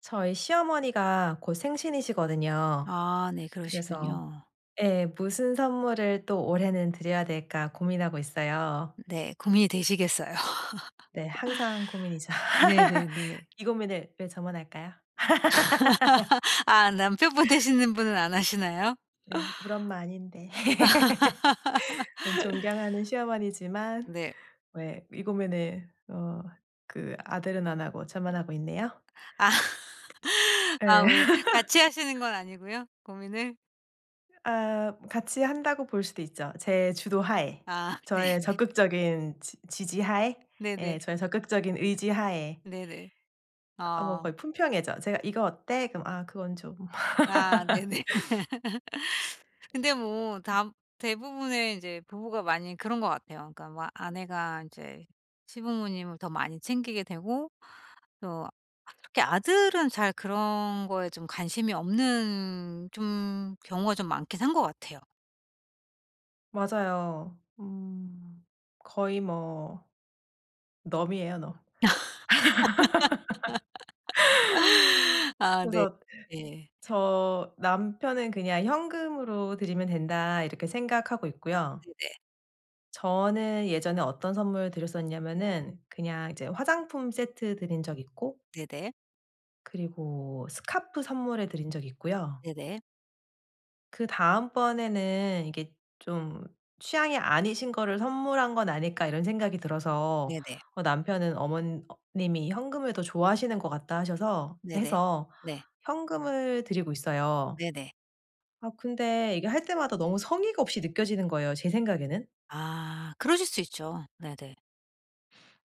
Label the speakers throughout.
Speaker 1: 저희 시어머니가 곧 생신이시거든요.
Speaker 2: 아, 네,
Speaker 1: 그래서
Speaker 2: 그러시군요.
Speaker 1: 예. 무슨 선물을 또 올해는 드려야 될까 고민하고 있어요.
Speaker 2: 네, 고민이 되시겠어요.
Speaker 1: 네. 항상 고민이죠.
Speaker 2: 네네네.
Speaker 1: 이 고민을 왜 저만 할까요?
Speaker 2: 아, 남편분 되시는 분은 안 하시나요?
Speaker 1: 네. 우리 엄마 아닌데. 존경하는 시어머니지만
Speaker 2: 네.
Speaker 1: 왜 이 고민을 그 아들은 안 하고 저만 하고 있네요.
Speaker 2: 아. 아, 왜
Speaker 1: 예.
Speaker 2: 같이 하시는 건 아니고요, 고민을?
Speaker 1: 아 같이 한다고 볼 수도 있죠. 제 주도하에.
Speaker 2: 아,
Speaker 1: 저의
Speaker 2: 네네.
Speaker 1: 적극적인 지 지지하에
Speaker 2: 네네.
Speaker 1: 예 저의 적극적인 의지하에.
Speaker 2: 네네.
Speaker 1: 아 뭐
Speaker 2: 어.
Speaker 1: 거의 품평회죠. 제가 "이거 어때?" 그럼 "아 그건 좀."
Speaker 2: 아, 네네. 근데 뭐 다 대부분의 인제 부부가 많이 그런 것 같아요. 그러니까 막 아내가 인제 시부모님을 더 많이 챙기게 되고 그 특히 아들은 잘 그런 거에 좀 관심이 없는 좀 경우가 좀 많긴 한 것 같아요.
Speaker 1: 맞아요. 음. 거의 뭐 넘이에요, 넘.
Speaker 2: 아, 네.
Speaker 1: 그래서
Speaker 2: 네.
Speaker 1: 저 남편은 그냥 '현금으로 드리면 된다.' 이렇게 생각하고 있고요.
Speaker 2: 네네.
Speaker 1: 저는 예전에 어떤 선물을 드렸었냐면은 그냥 이제 화장품 세트 드린 적 있고
Speaker 2: 네네.
Speaker 1: 그리고 스카프 선물해 드린 적이 있고요.
Speaker 2: 네네.
Speaker 1: 그다음번에는 이게 좀 '취향이 아니신 거를 선물한 건 아닐까.' 이런 생각이 들어서
Speaker 2: 네네.
Speaker 1: 남편은 어머 님이 "현금을 더 좋아하시는 것 같다." 하셔서
Speaker 2: 네네.
Speaker 1: 해서
Speaker 2: 네,
Speaker 1: 현금을 드리고 있어요.
Speaker 2: 네네.
Speaker 1: 아 근데 이게 할 때마다 너무 성의가 없이 느껴지는 거예요, 제 생각에는.
Speaker 2: 아, 그러실 수 있죠. 네네.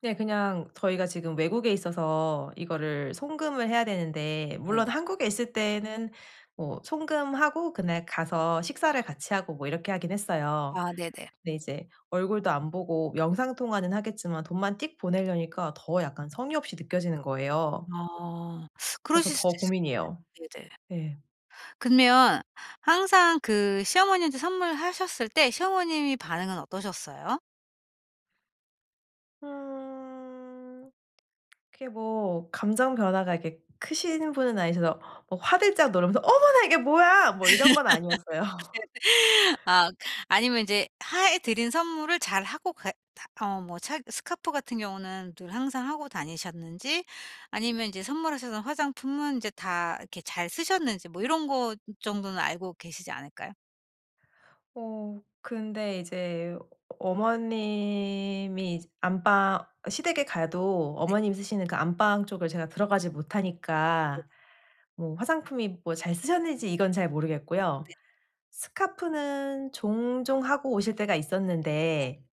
Speaker 1: 네. 그냥 저희가 지금 외국에 있어서 이거를 송금을 해야 되는데 물론
Speaker 2: 네네.
Speaker 1: 한국에 있을 때는 뭐 송금하고 그날 가서 식사를 같이 하고 뭐 이렇게 하긴 했어요.
Speaker 2: 아, 네네.
Speaker 1: 근데 이제 얼굴도 안 보고 영상 통화는 하겠지만 돈만 띡 보내려니까 더 약간 성의 없이 느껴지는 거예요.
Speaker 2: 어
Speaker 1: 그래서
Speaker 2: 그러실 수도
Speaker 1: 더
Speaker 2: 있을 것
Speaker 1: 고민이에요.
Speaker 2: 같아요. 네네.
Speaker 1: 네.
Speaker 2: 그러면 항상 그 시어머니한테 선물하셨을 때 시어머님이 반응은 어떠셨어요?
Speaker 1: 음. 그게 뭐 감정 변화가 이렇게 크신 분은 아니셔서 뭐 화들짝 놀면서 "어머나 이게 뭐야!" 뭐 이런 건 아니었어요.
Speaker 2: 아, 아니면 이제 해 드린 선물을 잘하고 가 뭐 차 스카프 같은 경우는 늘 항상 하고 다니셨는지, 아니면 이제 선물하셨던 화장품은 이제 다 이렇게 잘 쓰셨는지 뭐 이런 것 정도는 알고 계시지 않을까요?
Speaker 1: 근데 이제 어머님이 이제 안방 시댁에 가도 어머님이 쓰시는 그 안방 쪽을 제가 들어가지
Speaker 2: 네.
Speaker 1: 못하니까 뭐 화장품이 뭐 잘 쓰셨는지 이건 잘 모르겠고요. 스카프는 종종 하고 오실 때가
Speaker 2: 네네네네.
Speaker 1: 있었는데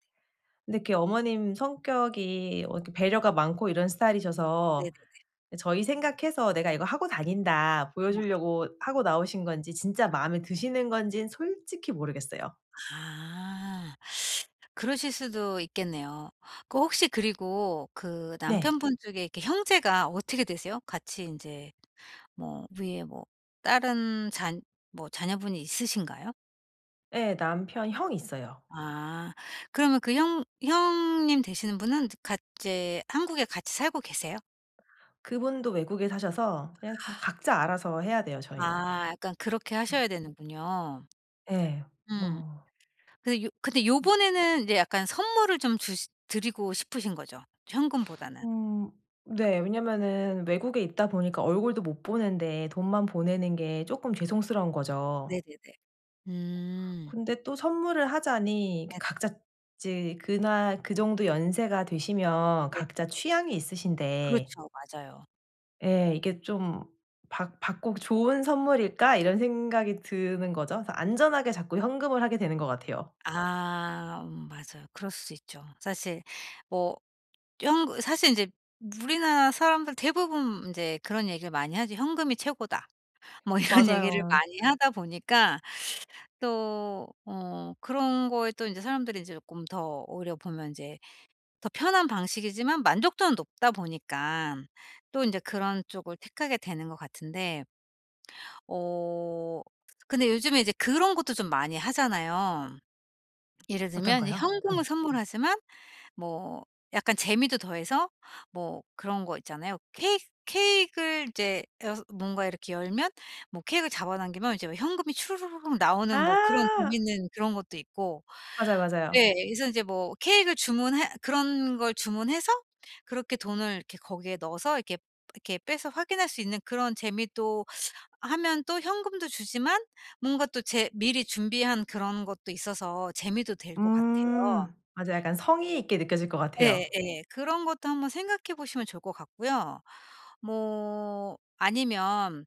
Speaker 1: 근데 그 어머님 성격이 이렇게 배려가 많고 이런 스타일이셔서
Speaker 2: 네네.
Speaker 1: 저희 생각해서 '내가 이거 하고 다닌다.' 보여주려고 하고 나오신 건지 진짜 마음에 드시는 건지는 솔직히 모르겠어요.
Speaker 2: 아. 그러실 수도 있겠네요. 혹시 그리고 그
Speaker 1: 네.
Speaker 2: 남편분 쪽에 이렇게 형제가 어떻게 되세요? 같이 인제 뭐 위에 뭐 다른 잔 뭐 자녀분이 있으신가요?
Speaker 1: 예. 남편 형 있어요.
Speaker 2: 아. 그러면 그 형 형님 되시는 분은 같 이제 한국에 같이 살고 계세요?
Speaker 1: 그분도 외국에 사셔서 그냥 가 각자 알아서 해야 돼요 저희는.
Speaker 2: 아, 약간 그렇게
Speaker 1: 뭐
Speaker 2: 하셔야 되는군요.
Speaker 1: 예.
Speaker 2: 음.
Speaker 1: 뭐
Speaker 2: 근데 요 근데 요번에는 이제 약간 선물을 좀 주 드리고 싶으신 거죠? 현금보다는.
Speaker 1: 음 네. 왜냐면은 외국에 있다 보니까 얼굴도 못 보는데 돈만 보내는 게 조금 죄송스러운 거죠.
Speaker 2: 네네네. 음.
Speaker 1: 근데 또 선물을 하자니 그
Speaker 2: 네네.
Speaker 1: 각자 이제 그날 그 정도 연세가 되시면
Speaker 2: 네네.
Speaker 1: 각자 취향이 있으신데.
Speaker 2: 그렇죠. 맞아요.
Speaker 1: 예. 이게 좀 받 '받고 좋은 선물일까?' 이런 생각이 드는 거죠. 그래서 안전하게 자꾸 현금을 하게 되는 것 같아요.
Speaker 2: 맞아요. 그럴 수 있죠. 사실, 뭐 영 사실 이제 우리나라 사람들 대부분 이제 그런 얘기를 많이 하죠. "현금이 최고다." 뭐 이런 얘기를
Speaker 1: 맞아요.
Speaker 2: 많이 하다 보니까 또 그런 거에 또 인제 사람들이 인제 쪼끔 더 오히려 보면 인제 더 편한 방식이지만 만족도는 높다 보니깐 또 인제 그런 쪽을 택하게 되는 것 같은데, 어 근데 요즘에 이제 그런 것도 좀 많이 하잖아요. 예를 들면 이제
Speaker 1: 어떤가요?
Speaker 2: 현금을
Speaker 1: 네.
Speaker 2: 선물하지만 뭐 약간 재미도 더해서, 뭐 그런 거 있잖아요. 케익 케크를 이제 여 뭔가 이렇게 열면, 뭐케크를 잡아당기면 이제 막 현금이 추르륵 나오는 뭐 그런
Speaker 1: 아.
Speaker 2: 재밌는 그런 것도 있고.
Speaker 1: 맞아요, 맞아요.
Speaker 2: 네, 그래서 이제 뭐케크를 주문해 그런 걸 주문해서, 그렇게 돈을 이렇게 거기에 넣어서 이렇게 빼서 확인할 수 있는 그런 재미도 하면, 또 현금도 주지만 뭔가 또 제 미리 준비한 그런 것도 있어서 재미도 될 것 같아요.
Speaker 1: 음. 맞아요. 약간 성의 있게 느껴질 것 같아요.
Speaker 2: 예예. 그런 것도 한번 생각해 보시면 좋을 것 같고요. 뭐 아니면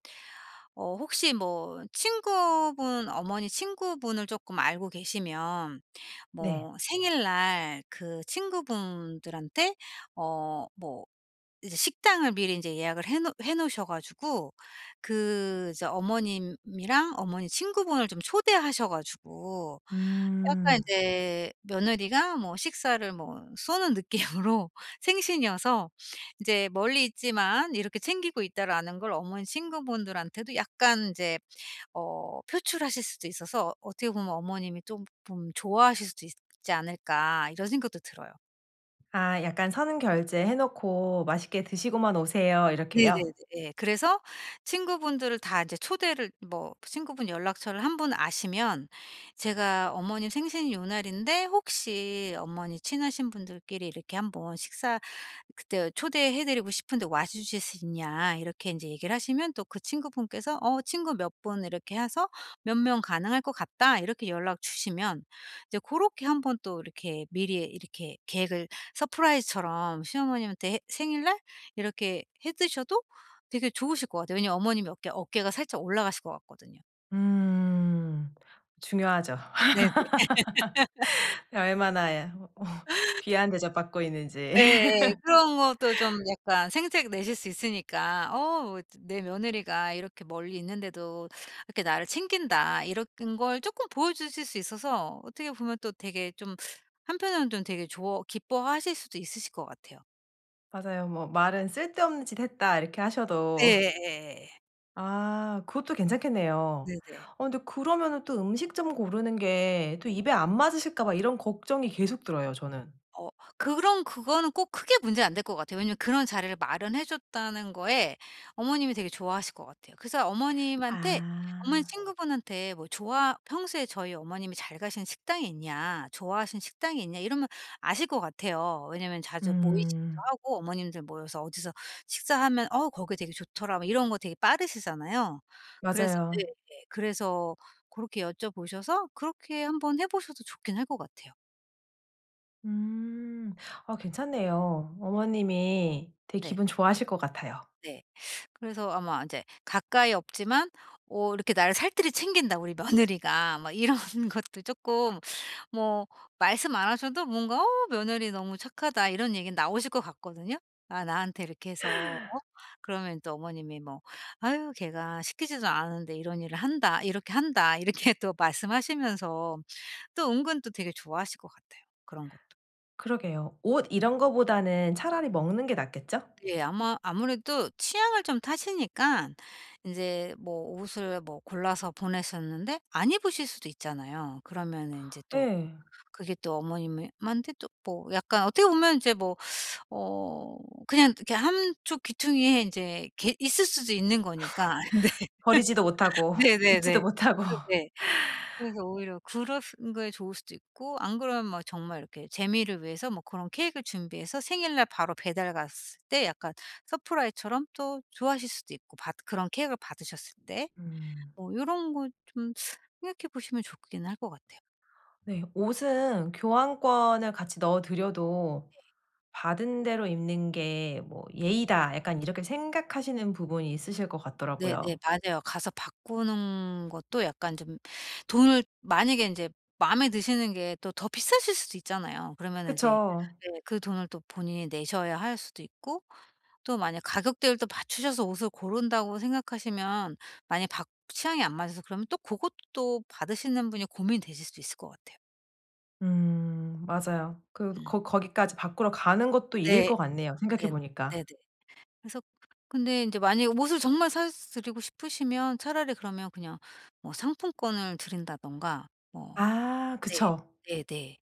Speaker 2: 혹시 뭐 친구분 어머니 친구분을 쪼끔 알고 계시면,
Speaker 1: 네.
Speaker 2: 뭐 생일날 그 친구분들한테 어뭐 이제 식당을 미리 인제 예약을 해놓해 놓으셔 가지고, 그 이제 어머님이랑 어머니 친구분을 좀 초대하셔 가지고, 약간
Speaker 1: 음.
Speaker 2: 인제 며느리가 뭐 식사를 뭐 쏘는 느낌으로 생신이어서, 인제 '멀리 있지만 이렇게 챙기고 있다.'라는 걸 어머니 친구분들한테도 약간 인제 표출하실 수도 있어서, 어떻게 보면 어머님이 쪼금 좋아하실 수도 있지 않을까 이런 생각도 들어요.
Speaker 1: 아 약간 "선 결제 해 놓고 맛있게 드시고만 오세요."
Speaker 2: 네네네.
Speaker 1: 이렇게요?
Speaker 2: 예. 그래서 친구분들을 다 이제 초대를, 뭐 친구분 연락처를 한 분 아시면 "제가 어머님 생신이 요 날인데 혹시 어머니 친하신 분들끼리 이렇게 한번 식사 그때 초대해 드리고 싶은데 와 주실 수 있냐?" 이렇게 인제 얘기를 하시면, 또 그 친구분께서 "어 친구 몇 분 이렇게 해서 몇 명 가능할 것 같다." 이렇게 연락 주시면, 이제 고렇게 한번 또 이렇게 미리 이렇게 계획을 서프라이즈처럼 시어머님한테 해 생일날 이렇게 해 드셔도 되게 좋으실 것 같아요. 왜냐면 어머님이 어깨가 살짝 올라가실 것 같거든요.
Speaker 1: 음. 중요하죠.
Speaker 2: 네네.
Speaker 1: 얼마나 귀한 대접받고 있는지.
Speaker 2: 예예. 그런 것도 좀 약간 생색 내실 수 있으니까, '어 내 며느리가 이렇게 멀리 있는데도 이렇게 나를 챙긴다.' 이런 걸 쪼끔 보여주실 수 있어서, 어떻게 보면 또 되게 좀, 한편으로는 좀 되게 좋아 기뻐하실 수도 있으실 것 같아요.
Speaker 1: 맞아요. 뭐 말은 "쓸데없는 짓 했다." 이렇게 하셔도
Speaker 2: 예예예예.
Speaker 1: 아 그것도 괜찮겠네요.
Speaker 2: 네네.
Speaker 1: 어 근데 그러면은 또 음식점 고르는 게 또 입에 안 맞으실까 봐 이런 걱정이 계속 들어요 저는.
Speaker 2: 어 그런 그거는 꼭 크게 문제는 안 될 것 같아요. 왜냐면 그런 자리를 마련해 줬다는 거에 어머님이 되게 좋아하실 것 같아요. 그래서 어머님한테 어머니
Speaker 1: 아.
Speaker 2: 친구분한테 뭐 좋아 평소에 저희 어머님이 잘 가시는 식당이 있냐, 좋아하시는 식당이 있냐 이러면 아실 것 같아요. 왜냐면 자주 모이시기도
Speaker 1: 음.
Speaker 2: 하고, 어머님들 모여서 어디서 식사하면 "어 거기 되게 좋더라." 뭐 이런 거 되게 빠르시잖아요. 그래서
Speaker 1: 맞아요.
Speaker 2: 예예. 그래서 고렇게 여쭤보셔서 그렇게 한번 해 보셔도 좋긴 할 것 같아요.
Speaker 1: 음. 아 괜찮네요. 어머님이 되게
Speaker 2: 네.
Speaker 1: 기분 좋아하실 것 같아요.
Speaker 2: 네. 그래서 아마 이제 가까이 없지만 이렇게 나를 살뜰히 챙긴다 우리 며느리가 막 이런 것도 쪼끔, 뭐 말씀 안 하셔도 뭔가 '어 며느리 너무 착하다.' 이런 얘기는 나오실 것 같거든요. 아, 나한테 이렇게 해서. 그러면 또 어머님이 뭐 "아유 걔가 시키지도 않았는데 이런 일을 한다. 이렇게 한다." 이렇게 또 말씀하시면서 또 은근 또 되게 좋아하실 것 같아요, 그런 것도.
Speaker 1: 그러게요. 옷 이런 거보다는 차라리 먹는 게 낫겠죠?
Speaker 2: 네. 아마 아무래도 취향을 좀 타시니까, 이제 뭐 옷을 뭐 골라서 보내셨는데 안 입으실 수도 있잖아요. 그러면은 제또
Speaker 1: 예.
Speaker 2: 그게 또 어머님한테 또 뭐 약간 어떻게 보면 이제 뭐 어 그냥 이렇게 한쪽 귀퉁이에 이제 있을 수도 있는 거니까.
Speaker 1: 버리지도 못하고
Speaker 2: 네, 네네. 네.
Speaker 1: 입지도 못하고.
Speaker 2: 네, 네. 그래서 오히려 그런 게 좋을 수도 있고, 안 그러면 뭐 정말 이렇게 재미를 위해서 뭐 그런 케이크를 준비해서 생일날 바로 배달 갔을 때 약간 서프라이즈처럼 또 좋아하실 수도 있고, 받 그런 케이크를 받으셨을 때
Speaker 1: 음.
Speaker 2: 뭐 이런 거 좀 생각해 보시면 좋긴 할 것 같아요.
Speaker 1: 네. 옷은 교환권을 같이 넣어 드려도 '받은 대로 입는 게 뭐 예의다.' 약간 이렇게 생각하시는 부분이 있으실 것
Speaker 2: 네네.
Speaker 1: 같더라고요.
Speaker 2: 맞아요. 가서 바꾸는 것도 약간 좀, 돈을 만약에 인제 마음에 드시는 게 또 더 비싸실 수도 있잖아요. 그러면은 인제, 네,
Speaker 1: 그쵸.
Speaker 2: 그 돈을 또 본인이 내셔야 할 수도 있고, 또 만약 가격대를 또 맞추셔서 옷을 고른다고 생각하시면 만약에 박 취향이 안 맞아서 그러면 또 고것도 또 받으시는 분이 고민되실 수도 있을 것 같아요.
Speaker 1: 맞아요. 그
Speaker 2: 음.
Speaker 1: 거 거기까지 바꾸러 가는 것도 일일
Speaker 2: 네.
Speaker 1: 것 같네요, 생각해
Speaker 2: 네.
Speaker 1: 보니까.
Speaker 2: 네네. 그래서 근데 이제 만약에 옷을 정말 사 드리고 싶으시면 차라리 그러면 그냥 뭐 상품권을 드린다든가 뭐.
Speaker 1: 아
Speaker 2: 네.
Speaker 1: 그쵸.
Speaker 2: 네네.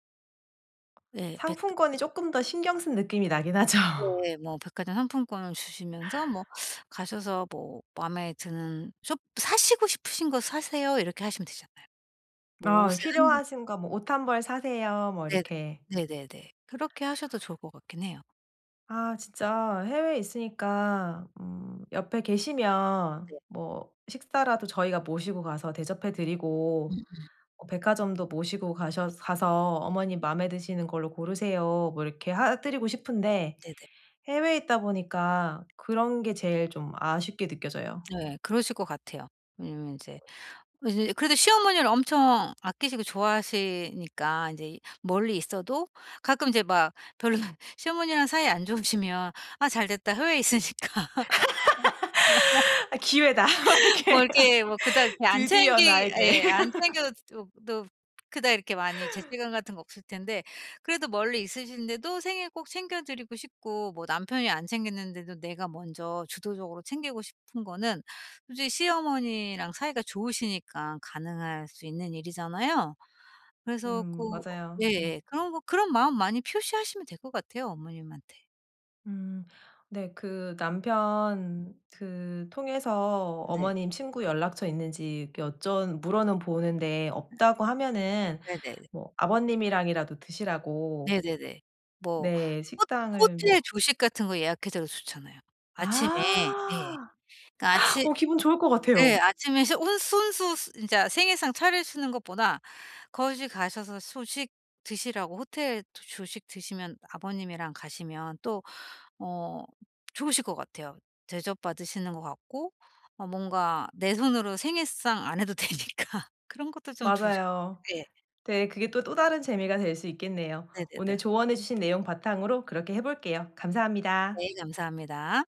Speaker 2: 예. 백
Speaker 1: 상품권이 조금 더 신경 쓴 느낌이 나긴 하죠.
Speaker 2: 예. 뭐 백화점 상품권을 주시면서 뭐 가셔서 뭐 마음에 드는 쇼 "사시고 싶으신 거 사세요." 이렇게 하시면 되잖아요. 뭐
Speaker 1: 아
Speaker 2: 옷을 한 장.
Speaker 1: 필요하신가 뭐 "옷 한 벌 사세요." 뭐
Speaker 2: 네네.
Speaker 1: 이렇게.
Speaker 2: 네네네. 그렇게 하셔도 좋을 것 같긴 해요.
Speaker 1: 아 진짜 해외에 있으니까 옆에 계시면
Speaker 2: 네.
Speaker 1: 뭐 식사라도 저희가 모시고 가서 대접해 드리고
Speaker 2: 음음.
Speaker 1: 뭐 백화점도 모시고 가셔 가서 "어머님 마음에 드시는 걸로 고르세요." 뭐 이렇게 하 드리고 싶은데
Speaker 2: 네네.
Speaker 1: 해외에 있다 보니까 그런 게 제일 좀 아쉽게 느껴져요.
Speaker 2: 네. 그러실 것 같아요. 왜냐면 인제 이제 그래도 시어머니를 엄청 아끼시고 좋아하시니까 인제 멀리 있어도, 가끔 이제 막 별로 시어머니랑 사이 안 좋으시면 '아 잘됐다. 해외에 있으니까.'
Speaker 1: '아 기회다.' 막
Speaker 2: 뭐
Speaker 1: 이렇게
Speaker 2: 이렇게 뭐 그닥 이렇게 안
Speaker 1: '드디어
Speaker 2: 챙기
Speaker 1: 나에게.'
Speaker 2: 예, 안 챙겨도 도 그닥 이렇게 많이 죄책감 같은 거 없을 텐데, 그래도 멀리 있으신데도 생일 꼭 챙겨 드리고 싶고, 뭐 남편이 안 챙겼는데도 내가 먼저 주도적으로 챙기고 싶은 거는 솔직히 시어머니랑 사이가 좋으시니까 가능할 수 있는 일이잖아요. 그래서
Speaker 1: 맞아요. 음.
Speaker 2: 예예. 그런 마음 많이 표시하시면 될 것 같아요, 어머님한테.
Speaker 1: 음. 네. 그 남편 그 통해서
Speaker 2: 네.
Speaker 1: 어머님 친구 연락처 있는지 여쭤 물어는 보는데 없다고 하면은
Speaker 2: 네네.
Speaker 1: 뭐 아버님이랑이라도 드시라고
Speaker 2: 네네네. 뭐
Speaker 1: 네
Speaker 2: 호
Speaker 1: 식당을
Speaker 2: 호텔
Speaker 1: 뭐
Speaker 2: 조식 같은 거 예약해 드려도 좋잖아요. 아침에, 예.
Speaker 1: 아.
Speaker 2: 그러니까 아침
Speaker 1: 어 기분 좋을 것
Speaker 2: 예,
Speaker 1: 같아요.
Speaker 2: 아침에 소 혼 손수 스 진짜 생일상 차리시는 것보다 거기 가셔서 소식 드시라고 호텔 조 조식 드시면 아버님이랑 가시면 또 어 좋으실 것 같아요. 대접받으시는 것 같고, 뭔가 내 손으로 생일상 안 해도 되니까, 그런 것도 좀 좋으실 것
Speaker 1: 맞아요.
Speaker 2: 같아요. 네.
Speaker 1: 네. 그게 또 다른 재미가 될 수 있겠네요. 오늘
Speaker 2: 네네네.
Speaker 1: 조언해 주신 내용 바탕으로 그렇게 해 볼게요. 감사합니다.
Speaker 2: 네, 감사합니다.